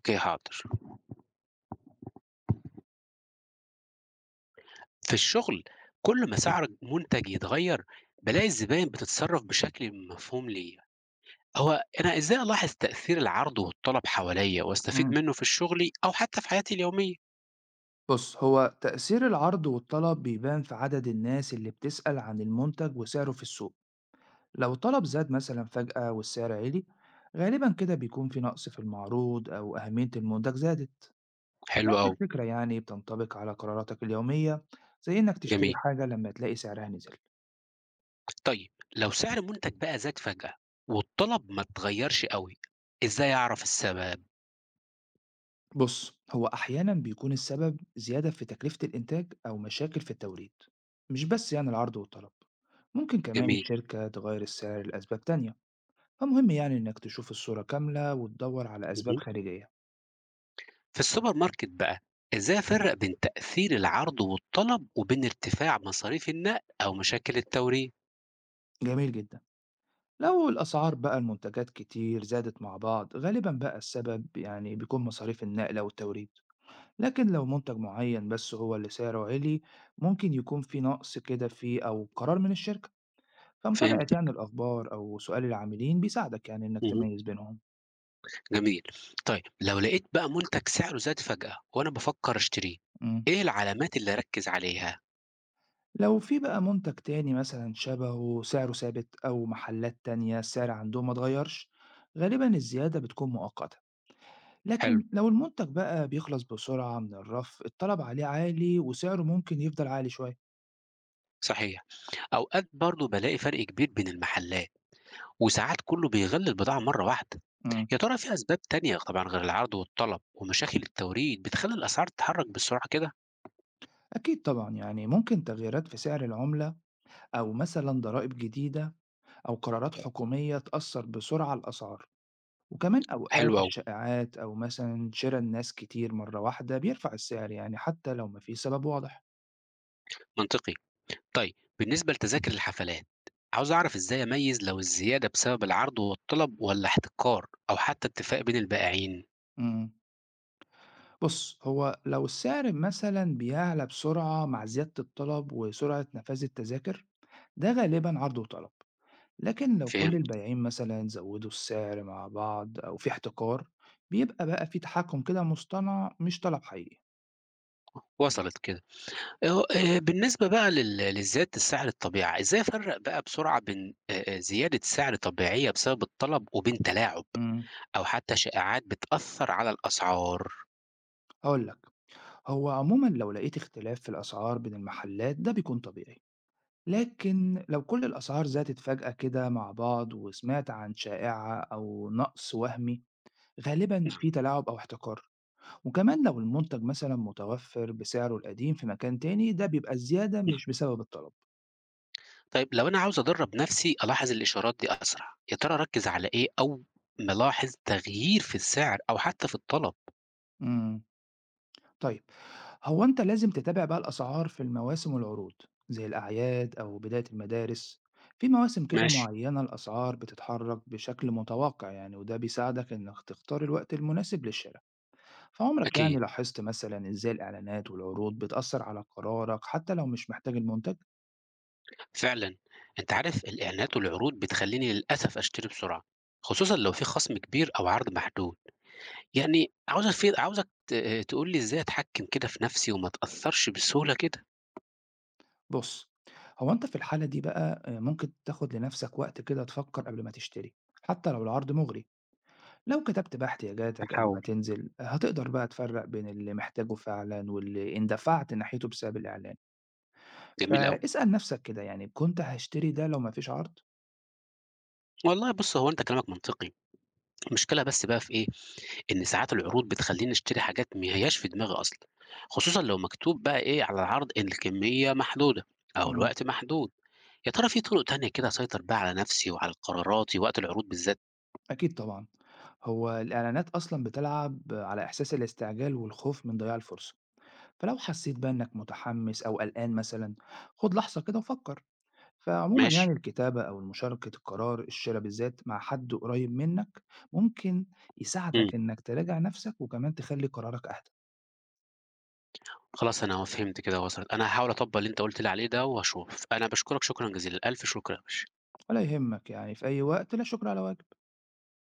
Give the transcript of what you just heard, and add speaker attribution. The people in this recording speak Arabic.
Speaker 1: أوكي حاضر. في الشغل كل ما سعر منتج يتغير بلاقي الزباين بتتصرف بشكل مفهوم ليا. هو أنا إزاي ألاحظ تأثير العرض والطلب حواليا وأستفيد
Speaker 2: إمم.
Speaker 1: منه في شغلي أو حتى في حياتي اليومية؟
Speaker 2: بُص، هو تأثير العرض والطلب بيبان في عدد الناس اللي بتسأل عن المنتج وسعره في السوق، لو الطلب زاد مثلًا فجأة والسعر عِلي، غالبًا كده بيكون في نقص في المعروض أو أهمية المنتج زادت.
Speaker 1: حلو
Speaker 2: نفس
Speaker 1: أوي.
Speaker 2: الفكرة يعني بتنطبق على قراراتك اليومية زي إنك تشتري
Speaker 1: جميل.
Speaker 2: حاجة لما تلاقي سعرها نزل.
Speaker 1: طيب لو سعر منتج بقى زاد فجأة والطلب ما اتغيرش قوي، إزاي أعرف السبب؟
Speaker 2: بُص، هو أحيانًا بيكون السبب زيادة في تكلفة الإنتاج أو مشاكل في التوريد، مش بس يعني العرض والطلب، ممكن كمان
Speaker 1: جميل.
Speaker 2: الشركة تغير السعر لأسباب تانية. فمهم يعني إنك تشوف الصورة كاملة وتدور على أسباب
Speaker 1: مهم.
Speaker 2: خارجية.
Speaker 1: في السوبر ماركت بقى، إزاي أفرق بين تأثير العرض والطلب وبين ارتفاع مصاريف النقل أو مشاكل التوريد؟
Speaker 2: جميل جدا. لو الأسعار بقى المنتجات كتير زادت مع بعض غالبا بقى السبب يعني بيكون مصاريف النقل أو التوريد، لكن لو منتج معين بس هو اللي سعره عالي ممكن يكون في نقص كده فيه أو قرار من الشركة. فمتابعة
Speaker 1: فهمت.
Speaker 2: يعني الأخبار أو سؤال العاملين بيساعدك يعني إنك
Speaker 1: مهم.
Speaker 2: تميز بينهم.
Speaker 1: جميل. طيب لو لقيت بقى منتج سعره زاد فجأة وأنا بافكر أشتريه،
Speaker 2: مم.
Speaker 1: إيه العلامات اللي أركّز عليها؟
Speaker 2: لو في بقى منتج تاني مثلا شبهه سعره ثابت أو محلات تانية السعر عندهم ما اتغيرش غالبا الزيادة بتكون مؤقتة،
Speaker 1: حلو،
Speaker 2: لكن لو المنتج بقى بيخلص بسرعة من الرف الطلب عليه عالي وسعره ممكن يفضل عالي شوية.
Speaker 1: صحيح. أوقات برضه بالاقي فرق كبير بين المحلات، وساعات كُلّه بيغلّي البضاعة مرّة واحدة.
Speaker 2: مم.
Speaker 1: يا ترى في أسباب تانية طبعًا غير العرض والطلب ومشاكل التوريد بتخلّي الأسعار تتحرّك بسرعة كده؟
Speaker 2: أكيد طبعا، يعني ممكن تغييرات في سعر العملة أو مثلا ضرائب جديدة أو قرارات حكومية تأثر بسرعة على الأسعار، وكمان أوقات
Speaker 1: حلو أوي،
Speaker 2: الشائعات أو مثلا شراء الناس كتير مرة واحدة بيرفع السعر يعني حتى لو مفيش سبب واضح.
Speaker 1: منطقي. طيب بالنسبة لتذاكر الحفلات، عاوز أعرف إزاي أميّز لو الزيادة بسبب العرض والطلب والّا احتكار أو حتى اتفاق بين البائعين؟
Speaker 2: مم. بص، هو لو السعر مثلا بيعلى بسرعة مع زيادة الطلب وسرعة نفاذ التذاكر ده غالبا عرض وطلب، لكن لو كل
Speaker 1: فهمت،
Speaker 2: البايعين مثلا زودوا السعر مع بعض أو في احتكار بيبقى بقى في تحكم كده مصطنع مش طلب حقيقي.
Speaker 1: وصلت كده. اهو، آه، بالنسبة بقى لزيادة السعر الطبيعة، إزاي أفرّق بقى بسرعة بين زيادة سعر طبيعية بسبب الطلب وبين تلاعب
Speaker 2: امم
Speaker 1: أو حتى شائعات بتأثّر على الأسعار؟
Speaker 2: هقول لك، هو عموما لو لقيت اختلاف في الأسعار بين المحلات ده بيكون طبيعي، لكن لو كل الأسعار زادت فجأة كده مع بعض وسمعت عن شائعة أو نقص وهمي غالبا
Speaker 1: نعم،
Speaker 2: في تلاعب أو احتكار، وكمان لو المنتج مثلا متوفر بسعره القديم في مكان تاني ده بيبقى الزيادة
Speaker 1: نعم.
Speaker 2: مش بسبب الطلب.
Speaker 1: طيب لو أنا عاوز أدرّب نَفْسي ألاحظ الإشارات دي أسرع، يا ترى أركّز على إيه أو نلاحظ تغيير في السعر أو حتى في الطلب؟
Speaker 2: امم طيب، هو أنت لازم تتابع بقى الأسعار في المواسم والعروض زي الأعياد أو بداية المدارس، في مواسم كده
Speaker 1: ماشي،
Speaker 2: معينة الأسعار بتتحرك بشكل متوقع يعني وده بيساعدك إنك تختار الوقت المناسب للشراء. فعمرك يعني
Speaker 1: أكيد.
Speaker 2: لاحظت مثلا إزاي الإعلانات والعروض بتأثر على قرارك حتى لو مش محتاج المنتج؟
Speaker 1: فعلًا، أنت عارف الإعلانات والعروض بتخلّيني للأسف أشتري بسرعة، خصوصًا لو في خَصم كبير أو عرض محدود. يعني عاوزك في عاوزك ت تقول لي إزاي أتحكّم كده في نَفْسي وما أتأثّرش بسهولة كده؟
Speaker 2: بص، هو أنت في الحالة دي بقى ممكن تاخد لنفسك وقت كده تفكر قبل ما تشتري، حتى لو العرض مغري. لو كتبت بقى احتياجاتك قبل ما
Speaker 1: هاحاول.
Speaker 2: تنزل هتقدر بقى تفرق بين اللي محتاجه فعلا واللي اندفعت ناحيته بسبب الإعلان.
Speaker 1: جميل أوي.
Speaker 2: فاسأل نفسك كده، يعني كنت هشتري ده لو مفيش عرض؟
Speaker 1: والله بُص، هو أنت كلامك منطقي، المشكلة بس بقى في إيه، إن ساعات العروض بتخلّيني أشتري حاجات ما هياش في دماغي أصلًا، خصوصًا لو مكتوب بقى إيه على العرض إن الكمية محدودة أو
Speaker 2: مم.
Speaker 1: الوقت محدود. يا ترى في طُرق تانية كده أسيطر بيها على نَفْسي وعلى قراراتي وقت العروض بالذات؟
Speaker 2: أكيد طبعا، هو الإعلانات أصلا بتلعب على إحساس الاستعجال والخوف من ضياع الفرصة، فلو حسيت بقى إنك متحمس أو قلقان مثلا خد لحظة كده وفكر. فعموما
Speaker 1: ماشي،
Speaker 2: يعني الكتابة أو مشاركة القرار الشراء بالذات مع حد قريب منك ممكن
Speaker 1: إمم،
Speaker 2: يساعدك إنك تراجع نفسك وكمان تخلي قرارك أهدى.
Speaker 1: خلاص أنا فهمت كده وصلت. أنا هاحاول أطبّق اللي أنت قُلت لي عليه ده وهاشوف. أنا باشكرك شكرًا جزيلًا، ألف شكر يا باشا.
Speaker 2: ولا يهمك، يعني في أي وقت، لا شكر على واجب.